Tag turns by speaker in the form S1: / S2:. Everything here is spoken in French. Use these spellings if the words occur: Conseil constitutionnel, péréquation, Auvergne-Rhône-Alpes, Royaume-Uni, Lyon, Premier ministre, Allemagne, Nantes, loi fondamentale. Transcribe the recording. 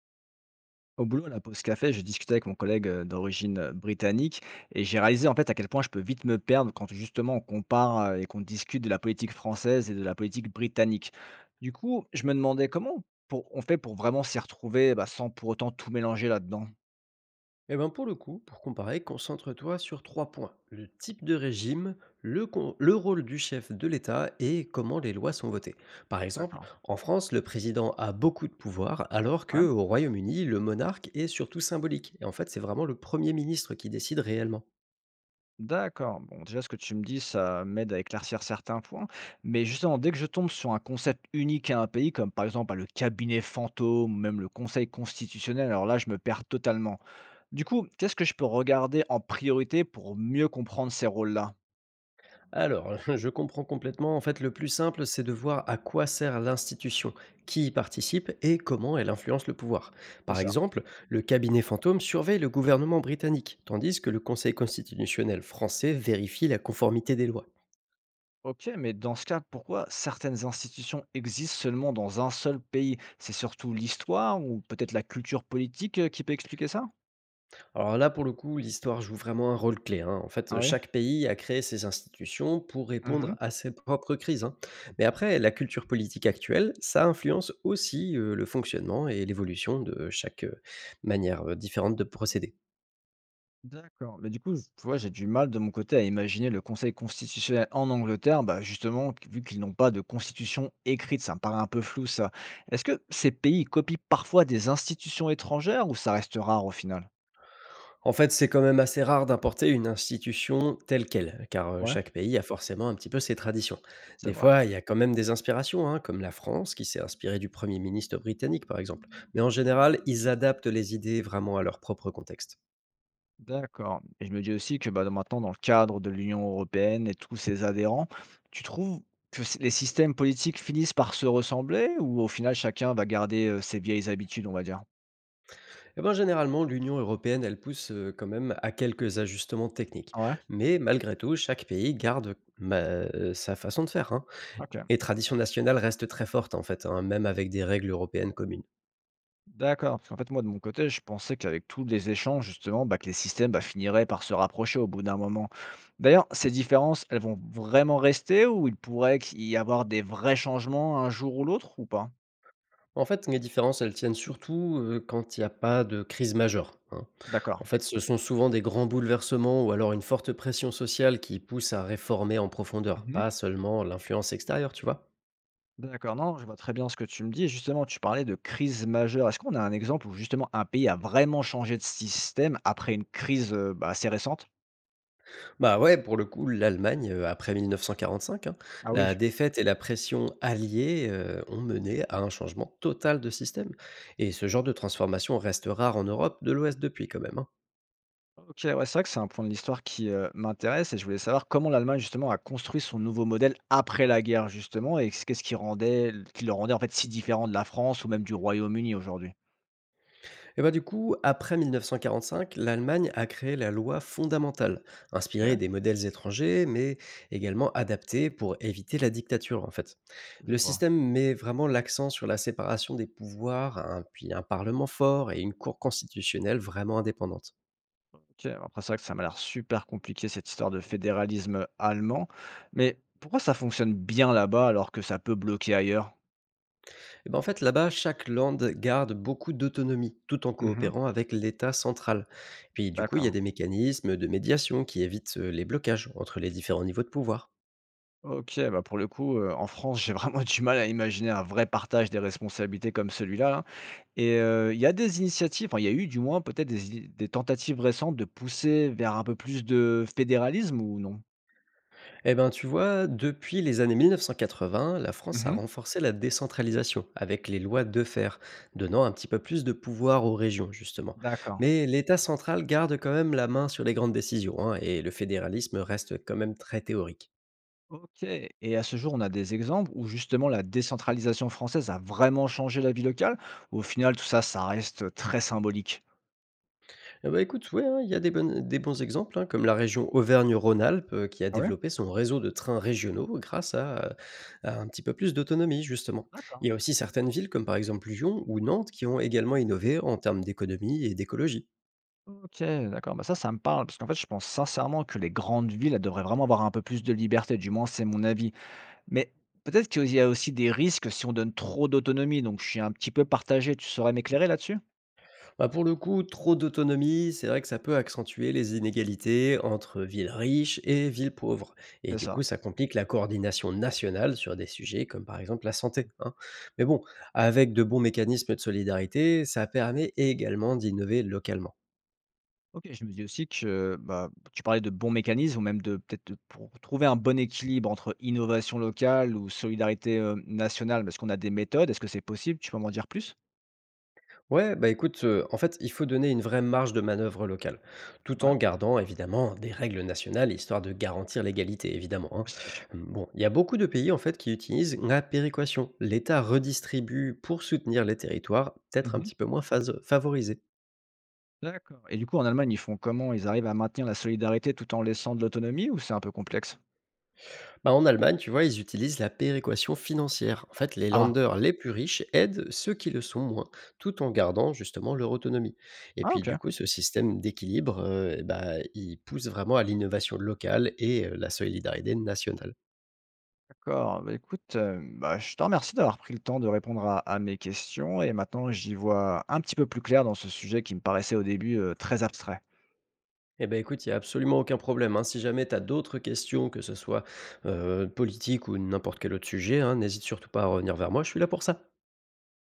S1: Au boulot, à la pause café, j'ai discuté avec mon collègue d'origine britannique et j'ai réalisé en fait à quel point je peux vite me perdre quand justement on compare et qu'on discute de la politique française et de la politique britannique. Du coup, je me demandais comment on fait pour vraiment s'y retrouver bah, sans pour autant tout mélanger là-dedans.
S2: Eh ben pour le coup, pour comparer, concentre-toi sur trois points. Le type de régime, le rôle du chef de l'État et comment les lois sont votées. Par exemple,
S1: D'accord.
S2: en France, le président a beaucoup de pouvoir, alors
S1: Ouais.
S2: qu'au Royaume-Uni, le monarque est surtout symbolique. Et en fait, c'est vraiment le Premier ministre qui décide réellement.
S1: D'accord. Bon, déjà, ce que tu me dis, ça m'aide à éclaircir certains points. Mais justement, dès que je tombe sur un concept unique à un pays, comme par exemple bah, le cabinet fantôme ou même le conseil constitutionnel, alors là, je me perds totalement. Du coup, qu'est-ce que je peux regarder en priorité pour mieux comprendre ces rôles-là?
S2: Alors, je comprends complètement. En fait, le plus simple, c'est de voir à quoi sert l'institution, qui y participe et comment elle influence le pouvoir.
S1: C'est
S2: Par
S1: ça.
S2: exemple, le cabinet fantôme surveille le gouvernement britannique, tandis que le Conseil constitutionnel français vérifie la conformité des lois.
S1: Ok, mais dans ce cas, pourquoi certaines institutions existent seulement dans un seul pays? C'est surtout l'histoire ou peut-être la culture politique qui peut expliquer ça?
S2: Alors là, pour le coup, l'histoire joue vraiment un rôle clé, hein. En fait,
S1: Ah oui.
S2: chaque pays a créé ses institutions pour répondre à ses propres crises, hein. Mais après, la culture politique actuelle, ça influence aussi le fonctionnement et l'évolution de chaque manière différente de procéder.
S1: D'accord. Mais du coup, tu vois, j'ai du mal de mon côté à imaginer le Conseil constitutionnel en Angleterre, bah justement, vu qu'ils n'ont pas de constitution écrite, ça me paraît un peu flou ça. Est-ce que ces pays copient parfois des institutions étrangères ou ça reste rare au final?
S2: En fait, c'est quand même assez rare d'importer une institution telle qu'elle, car
S1: Ouais.
S2: chaque pays a forcément un petit peu ses traditions.
S1: C'est
S2: Des
S1: vrai.
S2: fois, il y a quand même des inspirations, hein, comme la France, qui s'est inspirée du Premier ministre britannique, par exemple. Mais en général, ils adaptent les idées vraiment à leur propre contexte.
S1: D'accord. Et je me dis aussi que bah, maintenant, dans le cadre de l'Union européenne et tous ses adhérents, tu trouves que les systèmes politiques finissent par se ressembler ou au final chacun va garder ses vieilles habitudes, on va dire?
S2: Eh ben, généralement, l'Union européenne, elle pousse quand même à quelques ajustements techniques.
S1: Ouais.
S2: Mais malgré tout, chaque pays garde sa façon de faire, hein.
S1: Ok.
S2: Et tradition nationale reste très forte, en fait, hein, même avec des règles européennes communes.
S1: D'accord, parce qu'en fait, moi, de mon côté, je pensais qu'avec tous les échanges, justement, bah, que les systèmes bah, finiraient par se rapprocher au bout d'un moment. D'ailleurs, ces différences, elles vont vraiment rester ou il pourrait qu'il y avoir des vrais changements un jour ou l'autre ou pas?
S2: En fait, les différences, elles tiennent surtout quand il n'y a pas de crise majeure, hein. En
S1: D'accord.
S2: fait, ce sont souvent des grands bouleversements ou alors une forte pression sociale qui pousse à réformer en profondeur,
S1: Mhm.
S2: pas seulement l'influence extérieure, tu vois.
S1: D'accord, non, je vois très bien ce que tu me dis. Justement, tu parlais de crise majeure. Est-ce qu'on a un exemple où justement un pays a vraiment changé de système après une crise bah, assez récente?
S2: Bah, ouais, pour le coup, l'Allemagne, après 1945, hein,
S1: Ah
S2: la
S1: oui.
S2: défaite et la pression alliée, ont mené à un changement total de système, et ce genre de transformation reste rare en Europe de l'Ouest depuis quand même, hein.
S1: OK, ouais, c'est vrai que c'est un point de l'histoire qui, m'intéresse et je voulais savoir comment l'Allemagne justement a construit son nouveau modèle après la guerre justement et qu'est-ce qui rendait qui le rendait en fait si différent de la France ou même du Royaume-Uni aujourd'hui?
S2: Et bah, du coup, après 1945, l'Allemagne a créé la loi fondamentale, inspirée
S1: OK,
S2: des modèles étrangers, mais également adaptée pour éviter la dictature, en fait.
S1: je
S2: Le
S1: vois.
S2: système met vraiment l'accent sur la séparation des pouvoirs, un parlement fort et une cour constitutionnelle vraiment indépendante.
S1: OK, après c'est vrai que ça m'a l'air super compliqué cette histoire de fédéralisme, allemand, mais pourquoi ça fonctionne bien là-bas alors que ça peut bloquer ailleurs?
S2: Eh ben, en fait, là-bas, chaque land garde beaucoup d'autonomie, tout en
S1: Mmh.
S2: coopérant avec l'État central. Puis, du coup, il y a
S1: D'accord.
S2: des mécanismes de médiation qui évitent les blocages entre les différents niveaux de pouvoir.
S1: OK, bah, pour le coup, en France, j'ai vraiment du mal à imaginer un vrai partage des responsabilités comme celui-là, là. Et il y a des initiatives, enfin il y a eu du moins peut-être des ini des tentatives récentes de pousser vers un peu plus de fédéralisme ou non?
S2: Eh ben, tu vois, depuis les années 1980, la France a
S1: Mmh.
S2: renforcé la décentralisation avec les lois de fer, donnant un petit peu plus de pouvoir aux régions, justement.
S1: D'accord,
S2: Mais l'État central garde quand même la main sur les grandes décisions, hein, et le fédéralisme reste quand même très théorique.
S1: OK et à ce jour, on a des exemples où justement la décentralisation française a vraiment changé la vie locale? Ou au final tout ça, ça reste très symbolique?
S2: Eh bah, écoute, ouais, hein, il y a des bons exemples, hein, comme la région Auvergne-Rhône-Alpes, qui a
S1: Ah ouais?
S2: développé son réseau de trains régionaux grâce à un petit peu plus d'autonomie, justement. Il
S1: D'accord.
S2: y a aussi certaines villes, comme par exemple Lyon ou Nantes, qui ont également innové en termes d'économie et d'écologie.
S1: OK, d'accord, bah ça, ça me parle parce qu'en fait, je pense sincèrement que les grandes villes, elles devraient vraiment avoir un peu plus de liberté, du moins c'est mon avis. Mais peut-être qu'il y a aussi des risques si on donne trop d'autonomie, donc je suis un petit peu partagé. Tu saurais m'éclairer là-dessus?
S2: Bah, pour le coup, trop d'autonomie, c'est vrai que ça peut accentuer les inégalités entre villes riches et villes pauvres. Et
S1: C'est
S2: du coup,
S1: ça.
S2: ça complique la coordination nationale sur des sujets comme par exemple la santé, hein. Mais bon, avec de bons mécanismes de solidarité, ça permet également d'innover localement.
S1: OK, je me dis aussi que, bah, tu parlais de bons mécanismes ou même de peut-être de pour trouver un bon équilibre entre innovation locale ou solidarité, nationale, parce qu'on a des méthodes. Est-ce que c'est possible? Tu peux m'en dire plus?
S2: Ouais, bah écoute, en fait, il faut donner une vraie marge de manœuvre locale, tout
S1: Ouais,
S2: en gardant évidemment des règles nationales, histoire de garantir l'égalité évidemment, hein.
S1: aussi.
S2: Mmh, bon, il y a beaucoup de pays en fait qui utilisent la péréquation. L'État redistribue pour soutenir les territoires peut-être un
S1: Mmh.
S2: petit peu moins faso favorisés.
S1: D'accord et du coup, en Allemagne, ils font comment? Ils arrivent à maintenir la solidarité tout en laissant de l'autonomie ou c'est un peu complexe?
S2: Bah, en Allemagne, tu vois, ils utilisent la péréquation financière. En fait, les
S1: Ah,
S2: landers les plus riches aident ceux qui le sont moins, tout en gardant justement leur autonomie. Et
S1: ah
S2: puis, du
S1: OK.
S2: coup, ce système d'équilibre, eh bah, il pousse vraiment à l'innovation locale et la solidarité nationale.
S1: D'accord. Bah, écoute, bah, je te remercie d'avoir pris le temps de répondre à mes questions et maintenant j'y vois un petit peu plus clair dans ce sujet qui me paraissait au début, très abstrait.
S2: Eh ben écoute, il n'y a absolument aucun problème, hein. Si jamais tu as d'autres questions, que ce soit politique ou n'importe quel autre sujet, hein, n'hésite surtout pas à revenir vers moi, je suis là pour ça.